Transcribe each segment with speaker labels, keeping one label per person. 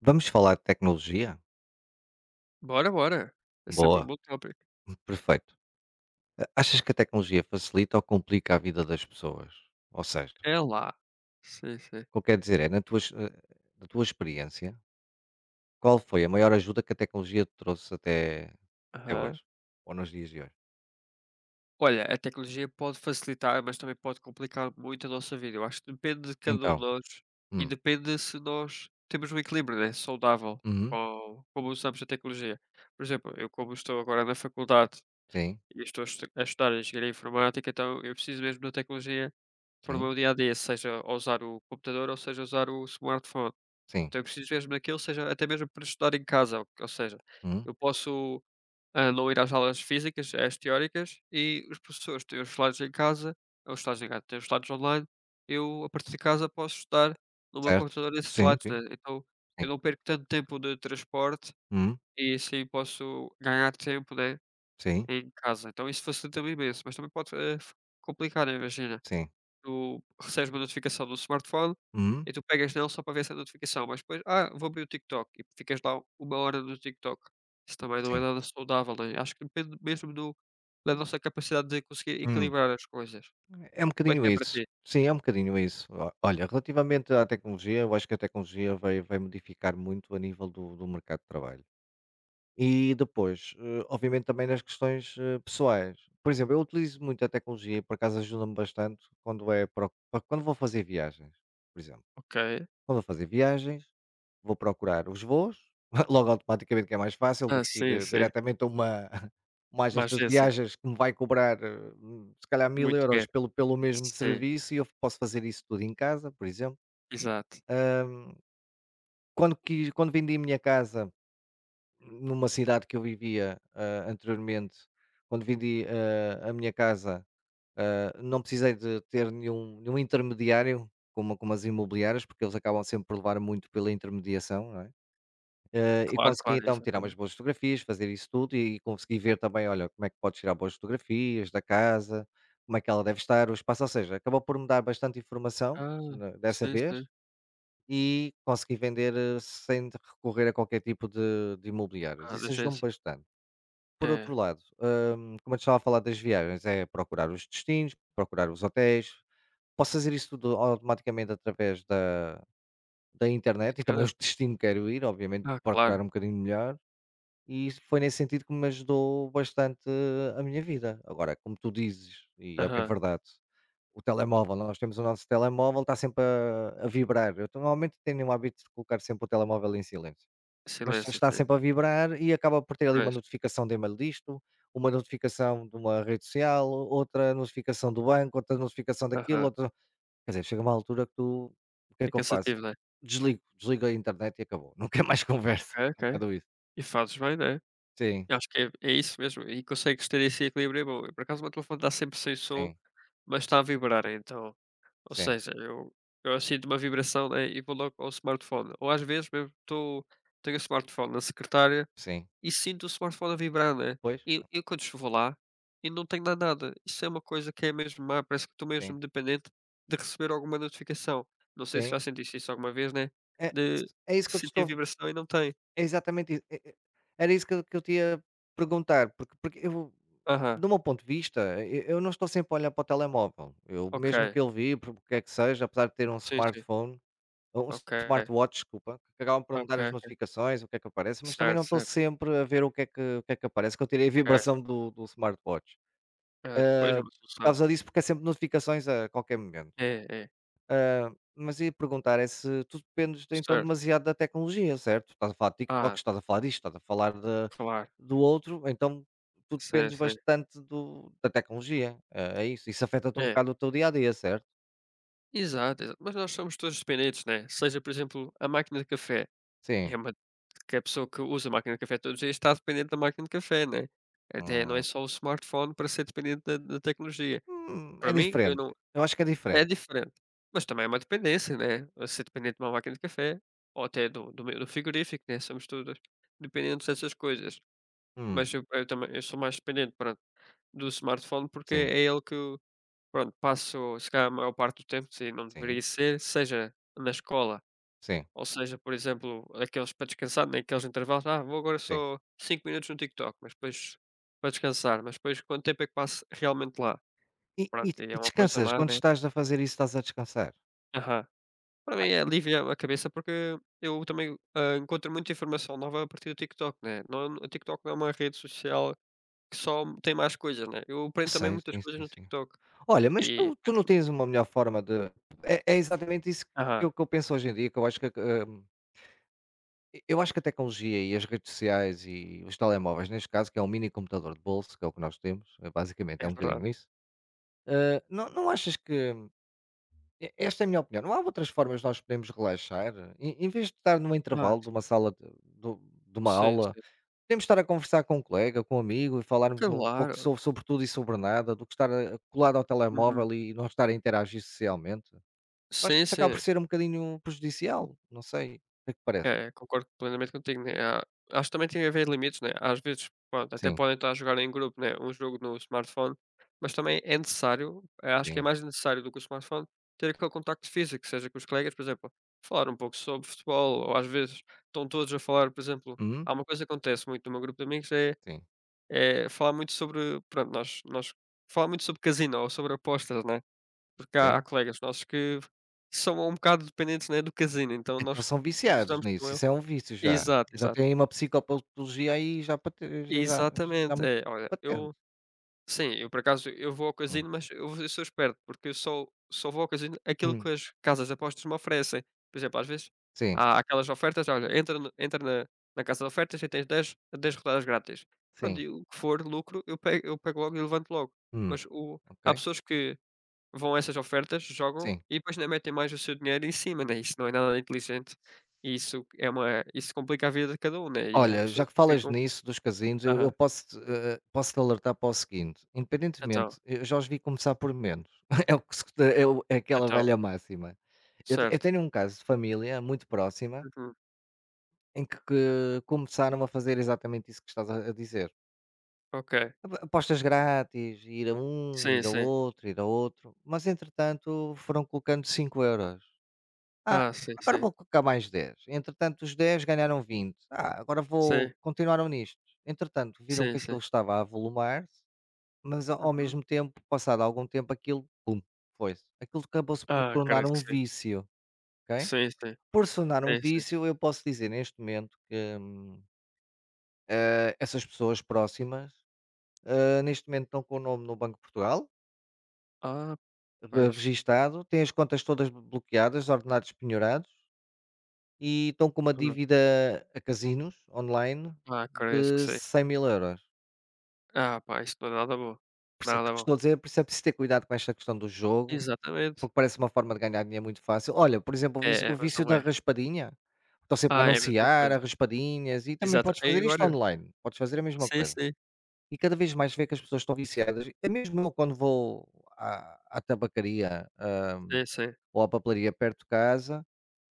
Speaker 1: Vamos falar de tecnologia?
Speaker 2: Bora, bora. Esse é um
Speaker 1: Boa,
Speaker 2: bom tópico.
Speaker 1: perfeito. Achas que a tecnologia facilita ou complica a vida das pessoas? Ou seja,
Speaker 2: É lá. Sim, sim.
Speaker 1: o que eu quero dizer é, na tua, na tua experiência, qual foi a maior ajuda que a tecnologia te trouxe até
Speaker 2: Aham.
Speaker 1: hoje? Ou nos dias de hoje?
Speaker 2: Olha, a tecnologia pode facilitar, mas também pode complicar muito a nossa vida. Eu acho que depende de cada um de
Speaker 1: Então.
Speaker 2: nós e
Speaker 1: Hum.
Speaker 2: depende se nós temos um equilíbrio, né, saudável
Speaker 1: Uhum.
Speaker 2: com como usamos a tecnologia. Por exemplo, eu como estou agora na faculdade
Speaker 1: Sim,
Speaker 2: e estou a estudar engenharia informática, então eu preciso mesmo da tecnologia para o
Speaker 1: sim,
Speaker 2: meu dia a dia, seja ao usar o computador ou seja usar o smartphone.
Speaker 1: sim.
Speaker 2: Então eu preciso mesmo daquilo, seja até mesmo para estudar em casa, ou seja,
Speaker 1: Hum.
Speaker 2: eu posso, não ir às aulas físicas, às teóricas, e os professores têm os slides em casa ou os slides em casa, têm os slides online, eu a partir de casa posso estudar no meu
Speaker 1: Certo?
Speaker 2: computador esses
Speaker 1: Sim,
Speaker 2: slides,
Speaker 1: sim,
Speaker 2: né, então eu
Speaker 1: sim.
Speaker 2: não perco tanto tempo de transporte
Speaker 1: Hum.
Speaker 2: e assim posso ganhar tempo, né,
Speaker 1: Sim,
Speaker 2: em casa, então isso facilita-me imenso, mas também pode, eh, f complicar, né, imagina
Speaker 1: sim.
Speaker 2: tu recebes uma notificação no smartphone
Speaker 1: Hum.
Speaker 2: e tu pegas nele só para ver essa notificação, mas depois: "Ah, vou abrir o TikTok", e ficas lá uma hora no TikTok. Isso também não é
Speaker 1: Sim.
Speaker 2: nada saudável, né. Acho que depende mesmo do da nossa capacidade de conseguir
Speaker 1: Hum.
Speaker 2: equilibrar as coisas.
Speaker 1: É um
Speaker 2: Como é
Speaker 1: bocadinho
Speaker 2: que é para
Speaker 1: isso.
Speaker 2: ti?
Speaker 1: Sim, é um bocadinho isso. O Olha, relativamente à tecnologia, eu acho que a tecnologia vai modificar muito a nível do mercado de trabalho. E depois, obviamente também nas questões, pessoais. Por exemplo, eu utilizo muito a tecnologia e por acaso ajuda-me bastante quando é para o para quando vou fazer viagens, por exemplo.
Speaker 2: Ok.
Speaker 1: Quando vou fazer viagens, vou procurar os voos, logo automaticamente que é mais fácil do
Speaker 2: Ah,
Speaker 1: que ir
Speaker 2: sim, sim.
Speaker 1: diretamente a uma uma
Speaker 2: Uma
Speaker 1: agência de
Speaker 2: agência.
Speaker 1: viagens que me vai cobrar, se calhar 1000
Speaker 2: Muito
Speaker 1: €
Speaker 2: dinheiro.
Speaker 1: pelo mesmo
Speaker 2: Sim,
Speaker 1: serviço e eu posso fazer isso tudo em casa, por exemplo.
Speaker 2: exato.
Speaker 1: Quando vendi a minha casa numa cidade que eu vivia, anteriormente, quando vendi, a minha casa, não precisei de ter nenhum intermediário como as imobiliárias, porque eles acabam sempre por levar muito pela intermediação, não é? E
Speaker 2: Claro,
Speaker 1: consegui
Speaker 2: claro,
Speaker 1: então tirar umas
Speaker 2: exatamente.
Speaker 1: boas fotografias, fazer isso tudo e consegui ver também, olha, como é que podes tirar boas fotografias da casa, como é que ela deve estar, o espaço, ou seja, acabou por me dar bastante informação,
Speaker 2: Ah,
Speaker 1: né, dessa
Speaker 2: sim,
Speaker 1: vez.
Speaker 2: sim.
Speaker 1: E consegui vender, sem de recorrer a qualquer tipo de imobiliários.
Speaker 2: Ah, da
Speaker 1: Isso ajudou-me
Speaker 2: agência.
Speaker 1: bastante. Por outro
Speaker 2: É.
Speaker 1: lado, como eu te estava a falar das viagens, é procurar os destinos, procurar os hotéis. Posso fazer isso tudo automaticamente através da internet, e também
Speaker 2: Internet.
Speaker 1: os destinos que quero ir, obviamente,
Speaker 2: Ah,
Speaker 1: procurar
Speaker 2: claro.
Speaker 1: um bocadinho melhor. E isso foi nesse sentido que me ajudou bastante a minha vida. Agora, como tu dizes, e é bem
Speaker 2: Aham.
Speaker 1: verdade, o telemóvel, nós temos o nosso telemóvel, está sempre a vibrar. Eu normalmente tenho o hábito de colocar sempre o telemóvel em silêncio, mas
Speaker 2: Silêncio,
Speaker 1: está
Speaker 2: sim.
Speaker 1: sempre a vibrar e acaba por ter ali uma
Speaker 2: Pois.
Speaker 1: notificação de e-mail disto, uma notificação de uma rede social, outra notificação do banco, outra notificação daquilo,
Speaker 2: Aham.
Speaker 1: outra. Quer dizer, chega uma altura que tu. O que é
Speaker 2: É
Speaker 1: que eu faço?
Speaker 2: cansativo, né.
Speaker 1: Desligo, desligo a internet e acabou. Nunca mais
Speaker 2: Ok,
Speaker 1: converso. É um
Speaker 2: ok.
Speaker 1: bocado isso.
Speaker 2: E fazes bem, né.
Speaker 1: Sim,
Speaker 2: Eu acho que é isso mesmo, e consegues ter esse equilíbrio é bom. Eu, por acaso, o meu telefone está sempre sem som,
Speaker 1: sim,
Speaker 2: mas está a vibrar então, ou
Speaker 1: sim.
Speaker 2: seja, eu sinto uma vibração, né, e vou logo ao smartphone. Ou às vezes mesmo estou tenho o smartphone na secretária
Speaker 1: Sim,
Speaker 2: e sinto o smartphone a vibrar, né.
Speaker 1: pois,
Speaker 2: E eu quando vou lá e não tenho lá nada. Isso é uma coisa que é mesmo má, parece que estou
Speaker 1: sim,
Speaker 2: mesmo dependente de receber alguma notificação. Não sei se
Speaker 1: sim.
Speaker 2: já sentiste isso alguma vez, né,
Speaker 1: É
Speaker 2: de
Speaker 1: é isso que eu te
Speaker 2: sentir
Speaker 1: estou
Speaker 2: vibração e não tem.
Speaker 1: É exatamente isso. Era isso que eu te ia perguntar, porque eu,
Speaker 2: Aham,
Speaker 1: do meu ponto de vista, e eu não estou sempre a olhar para o telemóvel. Eu, mesmo que
Speaker 2: ok.
Speaker 1: ele vibre, o que é que seja, apesar de ter um
Speaker 2: Sim, sim.
Speaker 1: smartphone, um
Speaker 2: Ok,
Speaker 1: smartwatch, desculpa, que acabam por me dar
Speaker 2: ok,
Speaker 1: as notificações, o que é que aparece, mas também
Speaker 2: certo,
Speaker 1: não estou
Speaker 2: certo.
Speaker 1: sempre a ver o que é que aparece, que eu tirei a
Speaker 2: É,
Speaker 1: vibração do smartwatch.
Speaker 2: é, depois é
Speaker 1: Hã,
Speaker 2: uma
Speaker 1: por
Speaker 2: solução.
Speaker 1: causa disso, porque é sempre notificações a qualquer momento.
Speaker 2: É, é,
Speaker 1: Ah, mas ia perguntar é se tu dependes então
Speaker 2: certo.
Speaker 1: demasiado da tecnologia, certo? Estás a falar de
Speaker 2: Ah,
Speaker 1: TikToks, estás a falar disto, estás a falar de,
Speaker 2: claro,
Speaker 1: do outro, então tu
Speaker 2: sei,
Speaker 1: dependes
Speaker 2: sei.
Speaker 1: bastante da tecnologia, é isso. Isso afeta-te um
Speaker 2: É,
Speaker 1: bocado o teu dia a dia, certo?
Speaker 2: exato, exato. Mas nós somos todos dependentes, né? Seja, por exemplo, a máquina de café.
Speaker 1: Sim.
Speaker 2: É uma que a pessoa que usa a máquina de café todos os dias está dependente da máquina de café, né? Até não é
Speaker 1: Hum.
Speaker 2: só o smartphone para ser dependente da tecnologia.
Speaker 1: Hum,
Speaker 2: Para
Speaker 1: é
Speaker 2: mim, eu
Speaker 1: diferente.
Speaker 2: não,
Speaker 1: Eu acho que é
Speaker 2: é
Speaker 1: diferente.
Speaker 2: diferente. Mas também é uma dependência, né? Ser dependente de uma máquina de café ou até do frigorífico, né? Somos todos dependentes dessas coisas.
Speaker 1: Hum.
Speaker 2: Mas eu também eu sou mais dependente, pronto, do smartphone, porque
Speaker 1: Sim,
Speaker 2: é ele que eu, pronto, passo se calhar a maior parte do tempo, se não
Speaker 1: sim,
Speaker 2: deveria ser, seja na escola,
Speaker 1: sim,
Speaker 2: ou seja, por exemplo, aqueles para descansar, naqueles intervalos, ah, vou agora
Speaker 1: sim.
Speaker 2: só 5 minutos no TikTok, mas depois quanto tempo é que passo realmente lá?
Speaker 1: E, e,
Speaker 2: Pronto, e é
Speaker 1: e
Speaker 2: uma coisa
Speaker 1: descansas?
Speaker 2: má,
Speaker 1: Quando
Speaker 2: né?
Speaker 1: estás a fazer isso, estás a descansar?
Speaker 2: Aham. Para mim alivia a cabeça porque eu também, encontro muita informação nova a partir do TikTok, né? Não. O TikTok não é uma rede social que só tem mais coisas, né. Eu
Speaker 1: Eu
Speaker 2: aprendo também
Speaker 1: sei,
Speaker 2: muitas
Speaker 1: sim,
Speaker 2: coisas
Speaker 1: sim,
Speaker 2: no
Speaker 1: sim.
Speaker 2: TikTok.
Speaker 1: Olha, mas
Speaker 2: e
Speaker 1: tu não tens uma melhor forma de é é exatamente isso
Speaker 2: aham,
Speaker 1: que eu penso hoje em dia, que eu acho que, eu acho que a tecnologia e as redes sociais e os telemóveis, neste caso, que é um mini computador de bolso, que é o que nós temos, basicamente
Speaker 2: é
Speaker 1: é um
Speaker 2: verdade.
Speaker 1: bocadinho isso. Não achas que, e esta é a minha opinião, não há outras formas de nós podermos relaxar? Em vez de estar num
Speaker 2: Claro.
Speaker 1: intervalo de uma sala de do de uma
Speaker 2: Sim,
Speaker 1: aula,
Speaker 2: sim.
Speaker 1: podemos estar a conversar com um colega, com um amigo e falarmos um pouco
Speaker 2: Claro.
Speaker 1: sobre sobre tudo e sobre nada, do que estar, colado ao
Speaker 2: Uhum.
Speaker 1: telemóvel e não estar a interagir socialmente? Eu acho que
Speaker 2: Sim,
Speaker 1: isso acaba por
Speaker 2: sim.
Speaker 1: ser um bocadinho prejudicial, não sei, o que é que parece?
Speaker 2: É, concordo plenamente contigo, né. Há Acho que também tem a ver limites, né. Às vezes, pronto, até
Speaker 1: Sim,
Speaker 2: podem estar a jogar em grupo, né, um jogo no smartphone, mas também é necessário, acho que é
Speaker 1: sim.
Speaker 2: mais necessário do que o smartphone, ter aquele contacto físico, seja com os colegas, por exemplo, falar um pouco sobre futebol ou às vezes estão todos a falar, por exemplo,
Speaker 1: Uhum,
Speaker 2: há uma coisa que acontece muito no meu grupo de amigos é
Speaker 1: sim,
Speaker 2: É falar muito sobre, pronto, nós nós falar muito sobre casino ou sobre apostas, né, porque há
Speaker 1: ok.
Speaker 2: colegas nossos que são um bocado dependentes, né, do casino, então
Speaker 1: Então
Speaker 2: nós
Speaker 1: são viciados
Speaker 2: usamos com
Speaker 1: nisso,
Speaker 2: ele
Speaker 1: isso é um vício já.
Speaker 2: exato,
Speaker 1: Já
Speaker 2: exato.
Speaker 1: têm uma psicopatologia aí já pate já já já
Speaker 2: Exatamente.
Speaker 1: muito
Speaker 2: É, olha,
Speaker 1: patente.
Speaker 2: eu. Sim, eu por acaso eu vou ao
Speaker 1: Hum.
Speaker 2: casino, mas eu sou esperto, porque eu só vou ao casino aquilo que
Speaker 1: Hum,
Speaker 2: as casas de apostas me oferecem. Por exemplo, às vezes
Speaker 1: sim,
Speaker 2: há aquelas ofertas: "Olha, entra na casa de ofertas e tens dez rodadas grátis". Pronto,
Speaker 1: sim.
Speaker 2: e o que for lucro eu pego logo e levanto logo.
Speaker 1: Hum.
Speaker 2: Mas o
Speaker 1: Ok.
Speaker 2: há pessoas que vão a essas ofertas, jogam
Speaker 1: Sim.
Speaker 2: e depois ainda metem mais o seu dinheiro em cima, né, isso não é nada inteligente, e isso é uma isso complica a vida de cada um, né, e há
Speaker 1: Olha, já
Speaker 2: pessoas
Speaker 1: que
Speaker 2: que
Speaker 1: falas
Speaker 2: ficam
Speaker 1: nisso dos casinos, eu
Speaker 2: aham,
Speaker 1: eu posso, posso-te alertar para o seguinte,
Speaker 2: então,
Speaker 1: independentemente, eu já os vi começar por menos, é o que se é o é aquela
Speaker 2: então,
Speaker 1: velha máxima. Eu
Speaker 2: certo.
Speaker 1: tenho um caso de família muito próxima
Speaker 2: Uhum,
Speaker 1: em que começaram a fazer exatamente isso que estás a dizer.
Speaker 2: ok.
Speaker 1: Apa apostas grátis, ir a um,
Speaker 2: Sim, sim.
Speaker 1: ir a outro, mas entretanto foram colocando 5 euros. "Ah,
Speaker 2: Ah, sim,
Speaker 1: agora
Speaker 2: sim.
Speaker 1: vou colocar mais 10". Entretanto os 10 ganharam 20. "Ah, agora vou",
Speaker 2: Sim,
Speaker 1: continuaram nisto. Entretanto viram
Speaker 2: sim,
Speaker 1: que
Speaker 2: sim.
Speaker 1: aquilo estava a avolumar-se, mas ao
Speaker 2: Uhum.
Speaker 1: mesmo tempo, passado algum tempo, aquilo, pum, foi-se. Aquilo acabou-se por
Speaker 2: Ah,
Speaker 1: tornar
Speaker 2: acredito
Speaker 1: um
Speaker 2: que sim.
Speaker 1: vício, ok?
Speaker 2: Sim, sim.
Speaker 1: Por se tornar um
Speaker 2: Sim, sim.
Speaker 1: vício, eu posso dizer neste momento que, essas pessoas próximas, neste momento estão com o nome no Banco de Portugal,
Speaker 2: Ah, pois.
Speaker 1: registado, têm as contas todas bloqueadas, ordenados penhorados e estão com uma
Speaker 2: Hã.
Speaker 1: dívida a casinos online
Speaker 2: Ah, acredito que
Speaker 1: de
Speaker 2: sim.
Speaker 1: 100 mil euros.
Speaker 2: Ah, pá, isso não é nada bom.
Speaker 1: Por isso é que eu
Speaker 2: Nada
Speaker 1: te
Speaker 2: bom.
Speaker 1: estou a dizer, por isso é preciso ter cuidado com esta questão do jogo,
Speaker 2: Exatamente.
Speaker 1: porque parece uma forma de ganhar dinheiro muito fácil. Olha, por exemplo,
Speaker 2: É,
Speaker 1: o
Speaker 2: é, mas
Speaker 1: vício
Speaker 2: não
Speaker 1: da
Speaker 2: é.
Speaker 1: raspadinha. Estão sempre a
Speaker 2: Ah, é a mesma
Speaker 1: anunciar
Speaker 2: coisa.
Speaker 1: a raspadinhas, e também
Speaker 2: Exata
Speaker 1: podes
Speaker 2: e
Speaker 1: fazer isto
Speaker 2: agora
Speaker 1: online. Podes fazer a mesma
Speaker 2: sim,
Speaker 1: coisa.
Speaker 2: sim.
Speaker 1: E cada vez mais vê que as pessoas estão viciadas. É mesmo. Eu quando vou à tabacaria, ah,
Speaker 2: Sim, sim.
Speaker 1: ou à papelaria perto de casa,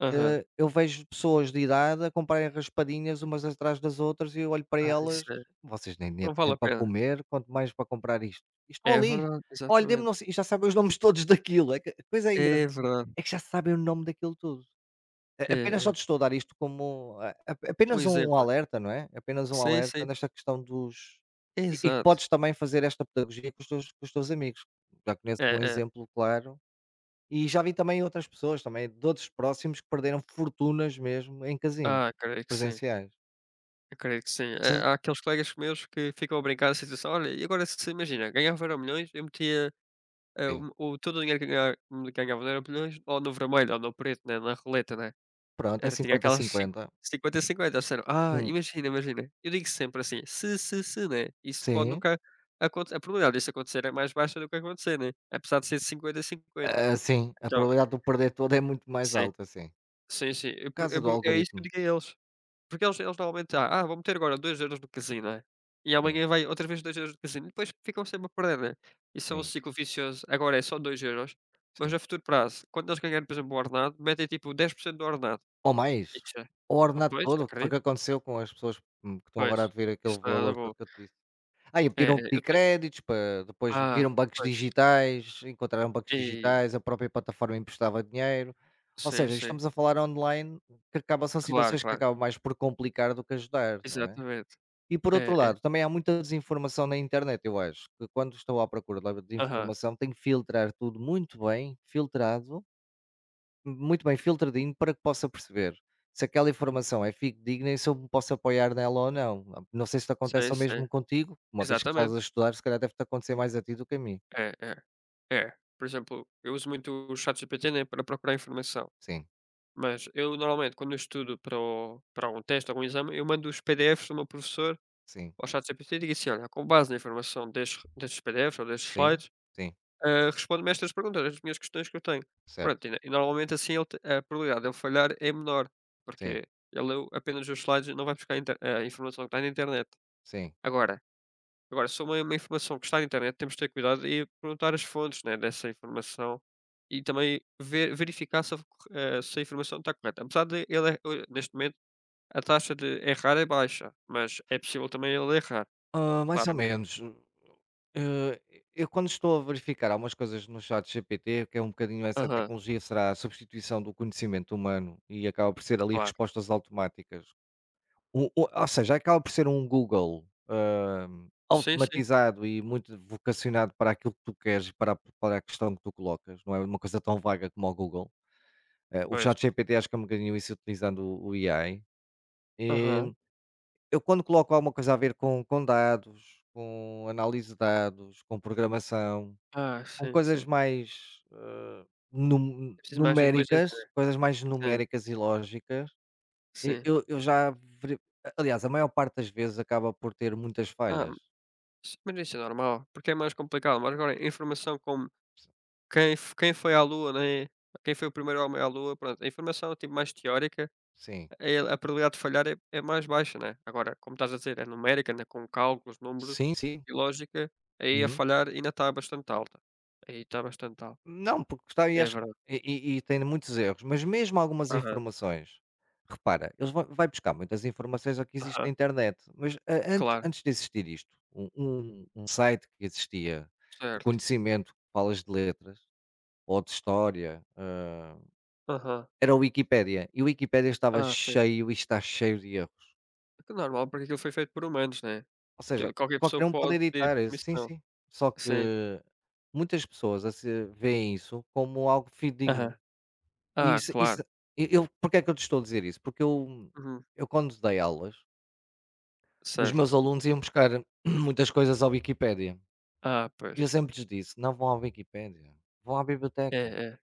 Speaker 2: Aham.
Speaker 1: eu vejo pessoas de idade a comprarem raspadinhas umas atrás das outras, e eu olho para
Speaker 2: Ah,
Speaker 1: elas: "Vocês nem nem
Speaker 2: não vale
Speaker 1: têm
Speaker 2: a
Speaker 1: para
Speaker 2: pena.
Speaker 1: comer, quanto mais para comprar isto". E estão
Speaker 2: É
Speaker 1: ali:
Speaker 2: verdade,
Speaker 1: "Olha, dê-me
Speaker 2: exatamente.
Speaker 1: não sei", e já sabem os nomes todos daquilo. É que a coisa é engra
Speaker 2: É verdade.
Speaker 1: é que já sabem o nome daquilo tudo.
Speaker 2: É,
Speaker 1: Apenas só
Speaker 2: é.
Speaker 1: te estou a dar isto como
Speaker 2: Um
Speaker 1: apenas um
Speaker 2: exemplo.
Speaker 1: alerta, não é? Apenas um
Speaker 2: Sim,
Speaker 1: alerta
Speaker 2: sim.
Speaker 1: nesta questão dos. E que
Speaker 2: Exato.
Speaker 1: podes também fazer esta pedagogia com os teus amigos. Já conheço um
Speaker 2: É, é.
Speaker 1: exemplo, claro. E já vi também outras pessoas, também de outros próximos, que perderam fortunas mesmo em casinos
Speaker 2: Ah, creio que sim.
Speaker 1: presenciais.
Speaker 2: Acredito que sim. Há aqueles colegas meus que ficam a brincar a situação. Olha, e agora se imagina, ganhava euro milhões eu metia
Speaker 1: Sim.
Speaker 2: todo o dinheiro que ganhava, ganhava no euro milhões ou no vermelho ou no preto, né, na roleta, né?
Speaker 1: Pronto, é
Speaker 2: Era, tinha
Speaker 1: cinquenta
Speaker 2: aquelas
Speaker 1: 50.
Speaker 2: 50 e cinquenta. Eles disseram, ah,
Speaker 1: Hum.
Speaker 2: imagina, imagina. Eu digo sempre assim, se, né? Isso pode
Speaker 1: Sim.
Speaker 2: nunca acontecer. A probabilidade disso acontecer é mais baixa do que acontecer, né? Apesar de ser 50 e 50.
Speaker 1: Ah, sim, a
Speaker 2: Então,
Speaker 1: probabilidade de eu perder toda é muito mais
Speaker 2: sim,
Speaker 1: alta, sim.
Speaker 2: sim, sim.
Speaker 1: Por causa
Speaker 2: É,
Speaker 1: do
Speaker 2: é isso que eu
Speaker 1: algoritmo.
Speaker 2: digo a eles. Porque eles normalmente ah: "Ah, vou meter agora 2 euros no casino", né, e
Speaker 1: Sim,
Speaker 2: amanhã vai outra vez 2 euros no casino, e depois ficam sempre a perder, né. Isso é um
Speaker 1: sim,
Speaker 2: ciclo vicioso. Agora é só 2€ mas
Speaker 1: sim.
Speaker 2: a futuro prazo, quando eles ganharem, por exemplo, o ordenado, metem tipo 10% do ordenado.
Speaker 1: Ou mais,
Speaker 2: Isso é
Speaker 1: ou o
Speaker 2: ah,
Speaker 1: ordenado
Speaker 2: pois,
Speaker 1: todo, que foi o
Speaker 2: acredito,
Speaker 1: que aconteceu com as pessoas, que estão agora a
Speaker 2: pois.
Speaker 1: dever aquele
Speaker 2: Isso não é nada
Speaker 1: valor
Speaker 2: bom.
Speaker 1: todo que eu te disse. Aí e
Speaker 2: É,
Speaker 1: pediram,
Speaker 2: é,
Speaker 1: pedir
Speaker 2: eu tenho
Speaker 1: créditos, para depois
Speaker 2: ah,
Speaker 1: viram bancos
Speaker 2: pois.
Speaker 1: digitais, encontraram bancos
Speaker 2: E
Speaker 1: digitais, a própria plataforma emprestava dinheiro. Ou
Speaker 2: sim,
Speaker 1: seja,
Speaker 2: sim.
Speaker 1: estamos a falar online, que acaba, são
Speaker 2: Claro,
Speaker 1: situações que
Speaker 2: claro.
Speaker 1: acabam mais por complicar do que ajudar, não é?
Speaker 2: Exatamente.
Speaker 1: E por
Speaker 2: É,
Speaker 1: outro
Speaker 2: é.
Speaker 1: lado, também há muita desinformação na internet, eu acho, que quando estou à procura de
Speaker 2: Aham.
Speaker 1: informação, tenho que filtrar tudo muito bem, filtrado, muito bem filtradinho, para que possa perceber se aquela informação é digna e se eu me posso apoiar nela ou não. Não sei se te acontece
Speaker 2: Sim,
Speaker 1: o mesmo
Speaker 2: sim.
Speaker 1: contigo, uma vez que estás
Speaker 2: Exatamente.
Speaker 1: a estudar, se calhar deve-te acontecer mais a ti do que a mim.
Speaker 2: É, é, é. Por exemplo, eu uso muito o ChatGPT, né, para procurar informação.
Speaker 1: Sim,
Speaker 2: Mas eu normalmente quando eu estudo para um teste ou um exame, eu mando os PDFs do meu professor
Speaker 1: sim,
Speaker 2: ao ChatGPT e digo assim: "Olha, com base na informação destes PDFs ou destes
Speaker 1: sim,
Speaker 2: slides,
Speaker 1: sim,
Speaker 2: ah, responde-me estas perguntas, as minhas questões que eu tenho".
Speaker 1: certo,
Speaker 2: Pronto, e normalmente assim ele te a probabilidade de ele falhar é menor,
Speaker 1: sim,
Speaker 2: porque ele leu apenas os slides e não vai buscar a informação que está na internet.
Speaker 1: sim.
Speaker 2: Agora, se uma informação que está na internet, temos de ter cuidado e perguntar as fontes, né, dessa informação e também verificar se a informação está correta. Apesar de ele er neste momento, a taxa de errar é baixa, mas é possível também ele errar,
Speaker 1: Ah, mais ou
Speaker 2: claramente.
Speaker 1: menos. Eh, eu quando estou a verificar algumas coisas no chat GPT, que é um bocadinho essa
Speaker 2: Aham,
Speaker 1: tecnologia, será a substituição do conhecimento humano e acaba por ser ali
Speaker 2: claro.
Speaker 1: respostas automáticas. O ou seja, acaba por ser um Google,
Speaker 2: Sim, sim,
Speaker 1: automatizado e muito vocacionado para aquilo que tu queres e para a questão que tu colocas, não é uma coisa tão vaga como o Google. O
Speaker 2: pois.
Speaker 1: ChatGPT acho que é um bocadinho isso, utilizando o AI. Eh,
Speaker 2: Aham.
Speaker 1: eu quando coloco alguma coisa a ver com dados, com análise de dados, com programação,
Speaker 2: Ah,
Speaker 1: com
Speaker 2: sim,
Speaker 1: coisas
Speaker 2: sim.
Speaker 1: mais,
Speaker 2: É preciso mais inteligência,
Speaker 1: numéricas,
Speaker 2: né.
Speaker 1: coisas mais
Speaker 2: Sim,
Speaker 1: numéricas e lógicas, e
Speaker 2: sim.
Speaker 1: eu já veri, aliás, a maior parte das vezes acaba por ter muitas
Speaker 2: Ah,
Speaker 1: falhas.
Speaker 2: mas isso é normal, porque é mais complicado, mas agora informação como
Speaker 1: S
Speaker 2: quem foi à Lua, né, quem foi o primeiro homem à Lua, pronto, a informação, tipo, mais teórica
Speaker 1: Sim.
Speaker 2: a probabilidade de falhar é mais baixa, né. Agora, como estás a dizer, é numérica, né, com cálculos, números
Speaker 1: Sim, sim.
Speaker 2: e lógica, aí a
Speaker 1: Uhum.
Speaker 2: falhar ainda está bastante alta. Aí está bastante alta.
Speaker 1: Não, porque está aí,
Speaker 2: É
Speaker 1: acho,
Speaker 2: verdade.
Speaker 1: e tem muitos erros, mas mesmo algumas
Speaker 2: Aham,
Speaker 1: informações, repara, eles vão vai buscar muitas informações ao que existe na
Speaker 2: aham.
Speaker 1: internet, mas a antes
Speaker 2: Claro,
Speaker 1: antes de existir isto, um site que existia de
Speaker 2: certo.
Speaker 1: conhecimento, falas de letras ou de história,
Speaker 2: Aham.
Speaker 1: era o Wikipédia, e o Wikipédia estava
Speaker 2: Ah, sim.
Speaker 1: cheio e está cheio de erros.
Speaker 2: É que normal, porque aquilo foi feito por humanos, né.
Speaker 1: Ou seja,
Speaker 2: Aquilo qualquer pessoa
Speaker 1: qualquer um pode
Speaker 2: pode pedir
Speaker 1: editar, sim,
Speaker 2: permissão.
Speaker 1: sim. Só que
Speaker 2: Sim.
Speaker 1: muitas pessoas assi veem isso como algo
Speaker 2: Aham.
Speaker 1: fidedigno. E
Speaker 2: Ah,
Speaker 1: isso
Speaker 2: claro.
Speaker 1: isso e eu, porque é que eu te estou a dizer isso? Porque eu
Speaker 2: Uhum.
Speaker 1: eu quando dei aulas, os
Speaker 2: Certo.
Speaker 1: meus alunos iam buscar muitas coisas à Wikipédia.
Speaker 2: Ah, pois.
Speaker 1: E eu sempre lhes disse: "Não vão à Wikipédia, vão à
Speaker 2: É,
Speaker 1: biblioteca.
Speaker 2: é.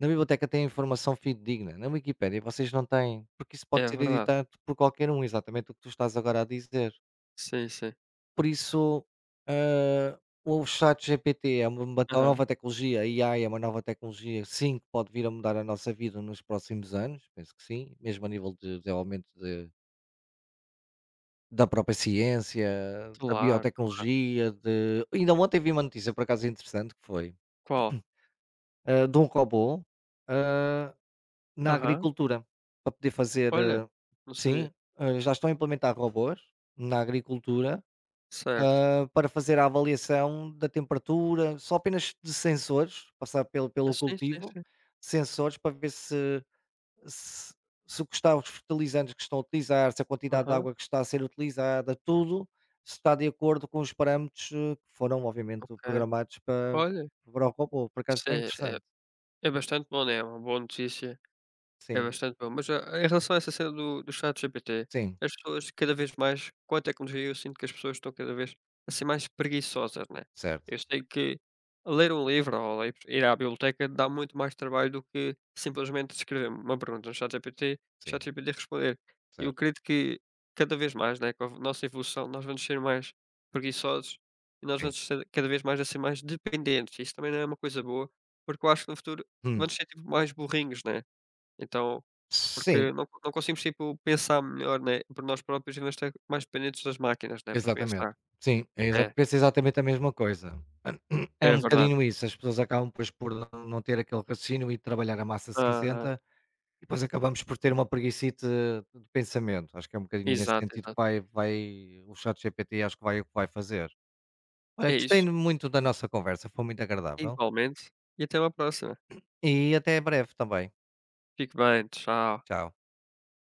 Speaker 1: Na biblioteca tem informação fidedigna, na Wikipédia vocês não têm, porque isso pode
Speaker 2: É
Speaker 1: ser
Speaker 2: verdade.
Speaker 1: editado por qualquer um", exatamente o que tu estás agora a dizer.
Speaker 2: Sim, sim.
Speaker 1: Por isso, hã, o ChatGPT é uma tal
Speaker 2: Aham.
Speaker 1: nova tecnologia, a AI é uma nova tecnologia, sim, que pode vir a mudar a nossa vida nos próximos anos, penso que sim, mesmo a nível de desenvolvimento de da própria ciência, da
Speaker 2: Claro,
Speaker 1: biotecnologia. De ainda ontem vi uma notícia por acaso interessante, que foi,
Speaker 2: qual?
Speaker 1: de um robô, ah, na
Speaker 2: Aham.
Speaker 1: agricultura, para poder fazer,
Speaker 2: Olha, não sabia.
Speaker 1: sim, já estão a implementar robôs na agricultura
Speaker 2: Certo.
Speaker 1: para fazer a avaliação da temperatura, só apenas de sensores, passar pelo,
Speaker 2: Ah,
Speaker 1: pelo
Speaker 2: sim, sim,
Speaker 1: cultivo,
Speaker 2: sim.
Speaker 1: sensores para ver se, se, se o que está, os fertilizantes que estão a utilizar, se a quantidade de
Speaker 2: Aham,
Speaker 1: água que está a ser utilizada, tudo se está de acordo com os parâmetros que foram, obviamente,
Speaker 2: ok.
Speaker 1: programados para,
Speaker 2: Olha,
Speaker 1: para o robô. Por acaso
Speaker 2: isso
Speaker 1: foi
Speaker 2: é é
Speaker 1: interessante.
Speaker 2: é bastante bom, né, é uma boa notícia. É
Speaker 1: Sim,
Speaker 2: bastante bom. Mas, em relação a essa cena do ChatGPT,
Speaker 1: sim,
Speaker 2: as pessoas cada vez mais com a tecnologia, eu sinto que as pessoas estão cada vez a ser mais preguiçosas, né.
Speaker 1: certo,
Speaker 2: Eu sei que ler um livro ou ler ir à biblioteca dá muito mais trabalho do que simplesmente escrever uma pergunta no ChatGPT,
Speaker 1: sim,
Speaker 2: ChatGPT responder. Eu
Speaker 1: certo,
Speaker 2: acredito que cada vez mais, né, com a nossa evolução, nós vamos ser mais preguiçosos e nós
Speaker 1: sim.
Speaker 2: vamos ser cada vez mais a ser mais dependentes. Isso também não é uma coisa boa, porque eu acho que no futuro
Speaker 1: Hum.
Speaker 2: vamos ser tipo mais burrinhos, né. Então
Speaker 1: Sim,
Speaker 2: porque não conseguimos, tipo, pensar melhor, né, por nós próprios e nós estar mais dependentes das máquinas, né, para
Speaker 1: exatamente.
Speaker 2: pensar.
Speaker 1: Sim,
Speaker 2: É,
Speaker 1: penso exatamente a mesma coisa. É
Speaker 2: é
Speaker 1: um
Speaker 2: verdade.
Speaker 1: bocadinho isso, as pessoas acabam depois por não ter aquele raciocínio e trabalhar a massa
Speaker 2: Aham.
Speaker 1: cinzenta, e depois acabamos por ter uma preguicite de pensamento. Acho que é um bocadinho nesse
Speaker 2: Exato,
Speaker 1: sentido que
Speaker 2: exato.
Speaker 1: vai o ChatGPT, acho que vai o que vai fazer. Olha,
Speaker 2: É
Speaker 1: gostei
Speaker 2: isso.
Speaker 1: muito da nossa conversa, foi muito agradável,
Speaker 2: Igualmente e até uma próxima.
Speaker 1: e até breve também.
Speaker 2: Fique bem, tchau.
Speaker 1: Tchau.